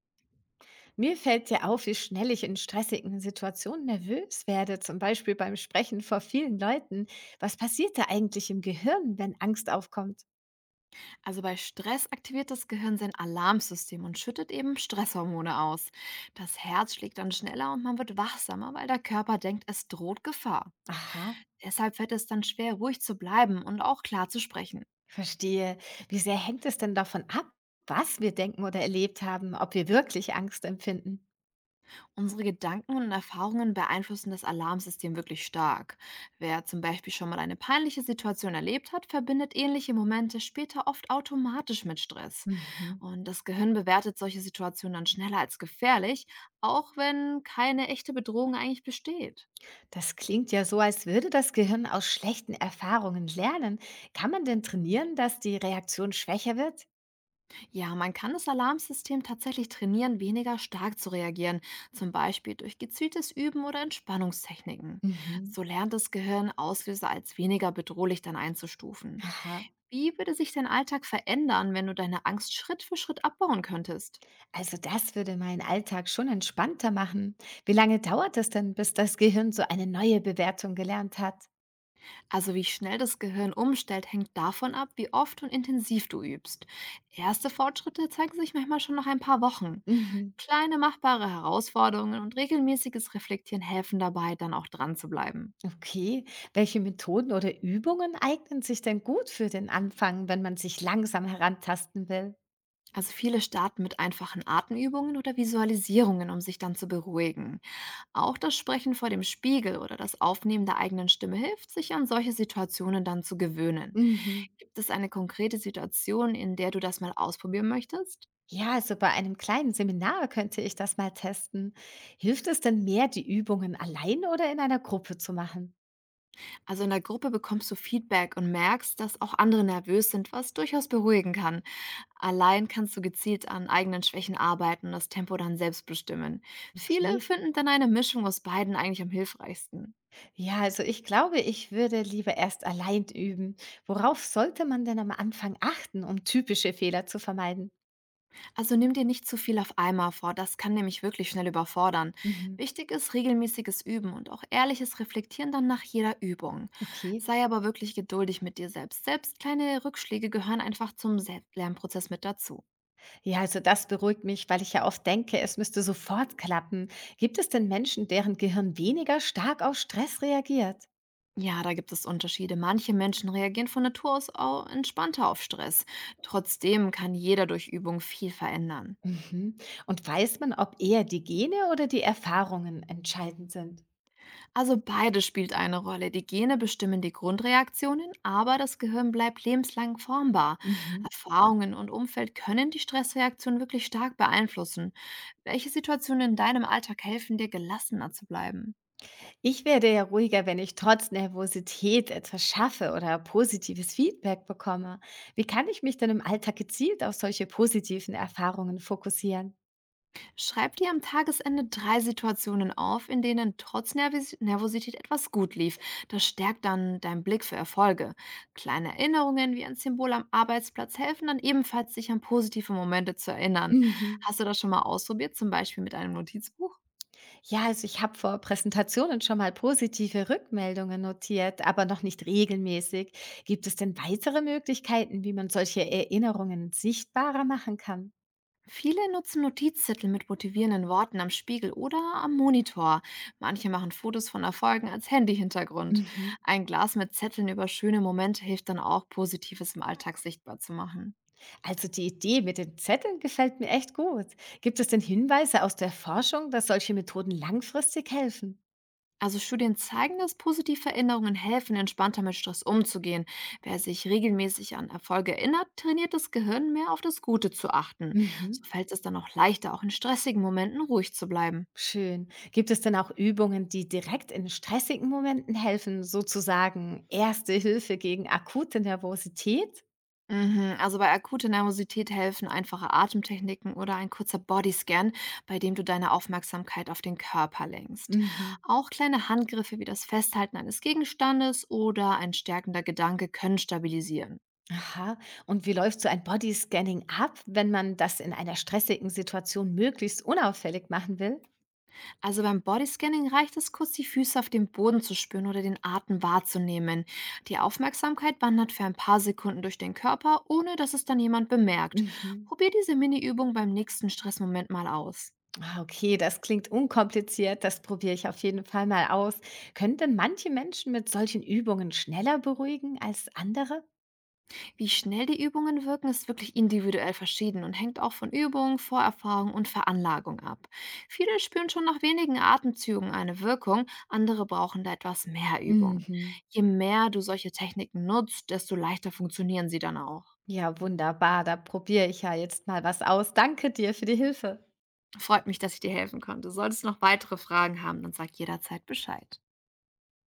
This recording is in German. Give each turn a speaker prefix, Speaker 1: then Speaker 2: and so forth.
Speaker 1: Mir fällt ja auf, wie schnell ich in stressigen Situationen nervös werde, zum Beispiel beim Sprechen vor vielen Leuten. Was passiert da eigentlich im Gehirn, wenn Angst aufkommt?
Speaker 2: Also bei Stress aktiviert das Gehirn sein Alarmsystem und schüttet eben Stresshormone aus. Das Herz schlägt dann schneller und man wird wachsamer, weil der Körper denkt, es droht Gefahr.
Speaker 1: Aha,
Speaker 2: Deshalb fällt es dann schwer, ruhig zu bleiben und auch klar zu sprechen.
Speaker 1: verstehe. Wie sehr hängt es denn davon ab, was wir denken oder erlebt haben, ob wir wirklich Angst empfinden?
Speaker 2: Unsere Gedanken und Erfahrungen beeinflussen das Alarmsystem wirklich stark. Wer zum Beispiel schon mal eine peinliche Situation erlebt hat, verbindet ähnliche Momente später oft automatisch mit Stress.
Speaker 1: Mhm.
Speaker 2: Und das Gehirn bewertet solche Situationen dann schneller als gefährlich, auch wenn keine echte Bedrohung eigentlich besteht.
Speaker 1: Das klingt ja so, als würde das Gehirn aus schlechten Erfahrungen lernen. Kann man denn trainieren, dass die Reaktion schwächer wird?
Speaker 2: Ja, man kann das Alarmsystem tatsächlich trainieren, weniger stark zu reagieren, zum Beispiel durch gezieltes Üben oder Entspannungstechniken.
Speaker 1: Mhm.
Speaker 2: So lernt das Gehirn, Auslöser als weniger bedrohlich dann einzustufen.
Speaker 1: Aha.
Speaker 2: Wie würde sich dein Alltag verändern, wenn du deine Angst Schritt für Schritt abbauen könntest?
Speaker 1: Also das würde meinen Alltag schon entspannter machen. Wie lange dauert es denn, bis das Gehirn so eine neue Bewertung gelernt hat?
Speaker 2: Also wie schnell das Gehirn umstellt, hängt davon ab, wie oft und intensiv du übst. Erste Fortschritte zeigen sich manchmal schon nach ein paar Wochen.
Speaker 1: Mhm.
Speaker 2: Kleine machbare Herausforderungen und regelmäßiges Reflektieren helfen dabei, dann auch dran zu bleiben.
Speaker 1: Okay, welche Methoden oder Übungen eignen sich denn gut für den Anfang, wenn man sich langsam herantasten will?
Speaker 2: Also viele starten mit einfachen Atemübungen oder Visualisierungen, um sich dann zu beruhigen. Auch das Sprechen vor dem Spiegel oder das Aufnehmen der eigenen Stimme hilft, sich an solche Situationen dann zu gewöhnen.
Speaker 1: Mhm.
Speaker 2: Gibt es eine konkrete Situation, in der du das mal ausprobieren möchtest?
Speaker 1: Ja, also bei einem kleinen Seminar könnte ich das mal testen. Hilft es denn mehr, die Übungen allein oder in einer Gruppe zu machen?
Speaker 2: Also in der Gruppe bekommst du Feedback und merkst, dass auch andere nervös sind, was durchaus beruhigen kann. Allein kannst du gezielt an eigenen Schwächen arbeiten und das Tempo dann selbst bestimmen. Viele
Speaker 1: Okay.
Speaker 2: finden dann eine Mischung aus beiden eigentlich am hilfreichsten.
Speaker 1: Ja, also ich glaube, ich würde lieber erst allein üben. Worauf sollte man denn am Anfang achten, um typische Fehler zu vermeiden?
Speaker 2: Also nimm dir nicht zu viel auf einmal vor, das kann nämlich wirklich schnell überfordern.
Speaker 1: Mhm.
Speaker 2: Wichtig ist regelmäßiges Üben und auch ehrliches Reflektieren dann nach jeder Übung.
Speaker 1: Okay.
Speaker 2: Sei aber wirklich geduldig mit dir selbst. Selbst kleine Rückschläge gehören einfach zum Selbst- Lernprozess mit dazu.
Speaker 1: Ja, also das beruhigt mich, weil ich ja oft denke, es müsste sofort klappen. Gibt es denn Menschen, deren Gehirn weniger stark auf Stress reagiert?
Speaker 2: Ja, da gibt es Unterschiede. Manche Menschen reagieren von Natur aus entspannter auf Stress. Trotzdem kann jeder durch Übung viel verändern.
Speaker 1: Mhm. Und weiß man, ob eher die Gene oder die Erfahrungen entscheidend sind?
Speaker 2: Also beides spielt eine Rolle. Die Gene bestimmen die Grundreaktionen, aber das Gehirn bleibt lebenslang formbar.
Speaker 1: Mhm.
Speaker 2: Erfahrungen und Umfeld können die Stressreaktion wirklich stark beeinflussen. Welche Situationen in deinem Alltag helfen dir, gelassener zu bleiben?
Speaker 1: Ich werde ja ruhiger, wenn ich trotz Nervosität etwas schaffe oder positives Feedback bekomme. Wie kann ich mich denn im Alltag gezielt auf solche positiven Erfahrungen fokussieren?
Speaker 2: Schreib dir am Tagesende 3 Situationen auf, in denen trotz Nervis Nervosität etwas gut lief. Das stärkt dann deinen Blick für Erfolge. Kleine Erinnerungen wie ein Symbol am Arbeitsplatz helfen dann ebenfalls, sich an positive Momente zu erinnern.
Speaker 1: Mhm.
Speaker 2: Hast du das schon mal ausprobiert, zum Beispiel mit einem Notizbuch?
Speaker 1: Ja, also ich habe vor Präsentationen schon mal positive Rückmeldungen notiert, aber noch nicht regelmäßig. Gibt es denn weitere Möglichkeiten, wie man solche Erinnerungen sichtbarer machen kann?
Speaker 2: Viele nutzen Notizzettel mit motivierenden Worten am Spiegel oder am Monitor. Manche machen Fotos von Erfolgen als Handyhintergrund.
Speaker 1: Mhm.
Speaker 2: Ein Glas mit Zetteln über schöne Momente hilft dann auch, Positives im Alltag sichtbar zu machen.
Speaker 1: Also die Idee mit den Zetteln gefällt mir echt gut. Gibt es denn Hinweise aus der Forschung, dass solche Methoden langfristig helfen?
Speaker 2: Also Studien zeigen, dass positive Veränderungen helfen, entspannter mit Stress umzugehen. Wer sich regelmäßig an Erfolge erinnert, trainiert das Gehirn mehr auf das Gute zu achten.
Speaker 1: Mhm,
Speaker 2: So fällt es dann auch leichter, auch in stressigen Momenten ruhig zu bleiben.
Speaker 1: schön. Gibt es denn auch Übungen, die direkt in stressigen Momenten helfen, sozusagen Erste Hilfe gegen akute Nervosität?
Speaker 2: Mhm, also bei akuter Nervosität helfen einfache Atemtechniken oder ein kurzer Bodyscan, bei dem du deine Aufmerksamkeit auf den Körper lenkst.
Speaker 1: Mhm.
Speaker 2: Auch kleine Handgriffe wie das Festhalten eines Gegenstandes oder ein stärkender Gedanke können stabilisieren.
Speaker 1: Aha. Und wie läuft so ein Bodyscanning ab, wenn man das in einer stressigen Situation möglichst unauffällig machen will?
Speaker 2: Also beim Bodyscanning reicht es kurz, die Füße auf dem Boden zu spüren oder den Atem wahrzunehmen. Die Aufmerksamkeit wandert für ein paar Sekunden durch den Körper, ohne dass es dann jemand bemerkt.
Speaker 1: Mhm.
Speaker 2: Probier diese Mini-Übung beim nächsten Stressmoment mal aus.
Speaker 1: Ah, okay, das klingt unkompliziert. Das probiere ich auf jeden Fall mal aus. Können denn manche Menschen mit solchen Übungen schneller beruhigen als andere?
Speaker 2: Wie schnell die Übungen wirken, ist wirklich individuell verschieden und hängt auch von Übung, Vorerfahrung und Veranlagung ab. Viele spüren schon nach wenigen Atemzügen eine Wirkung, andere brauchen da etwas mehr Übung.
Speaker 1: Mhm.
Speaker 2: Je mehr du solche Techniken nutzt, desto leichter funktionieren sie dann auch.
Speaker 1: Ja, wunderbar. Da probiere ich ja jetzt mal was aus. Danke dir für die Hilfe.
Speaker 2: Freut mich, dass ich dir helfen konnte. Solltest du noch weitere Fragen haben, dann sag jederzeit Bescheid.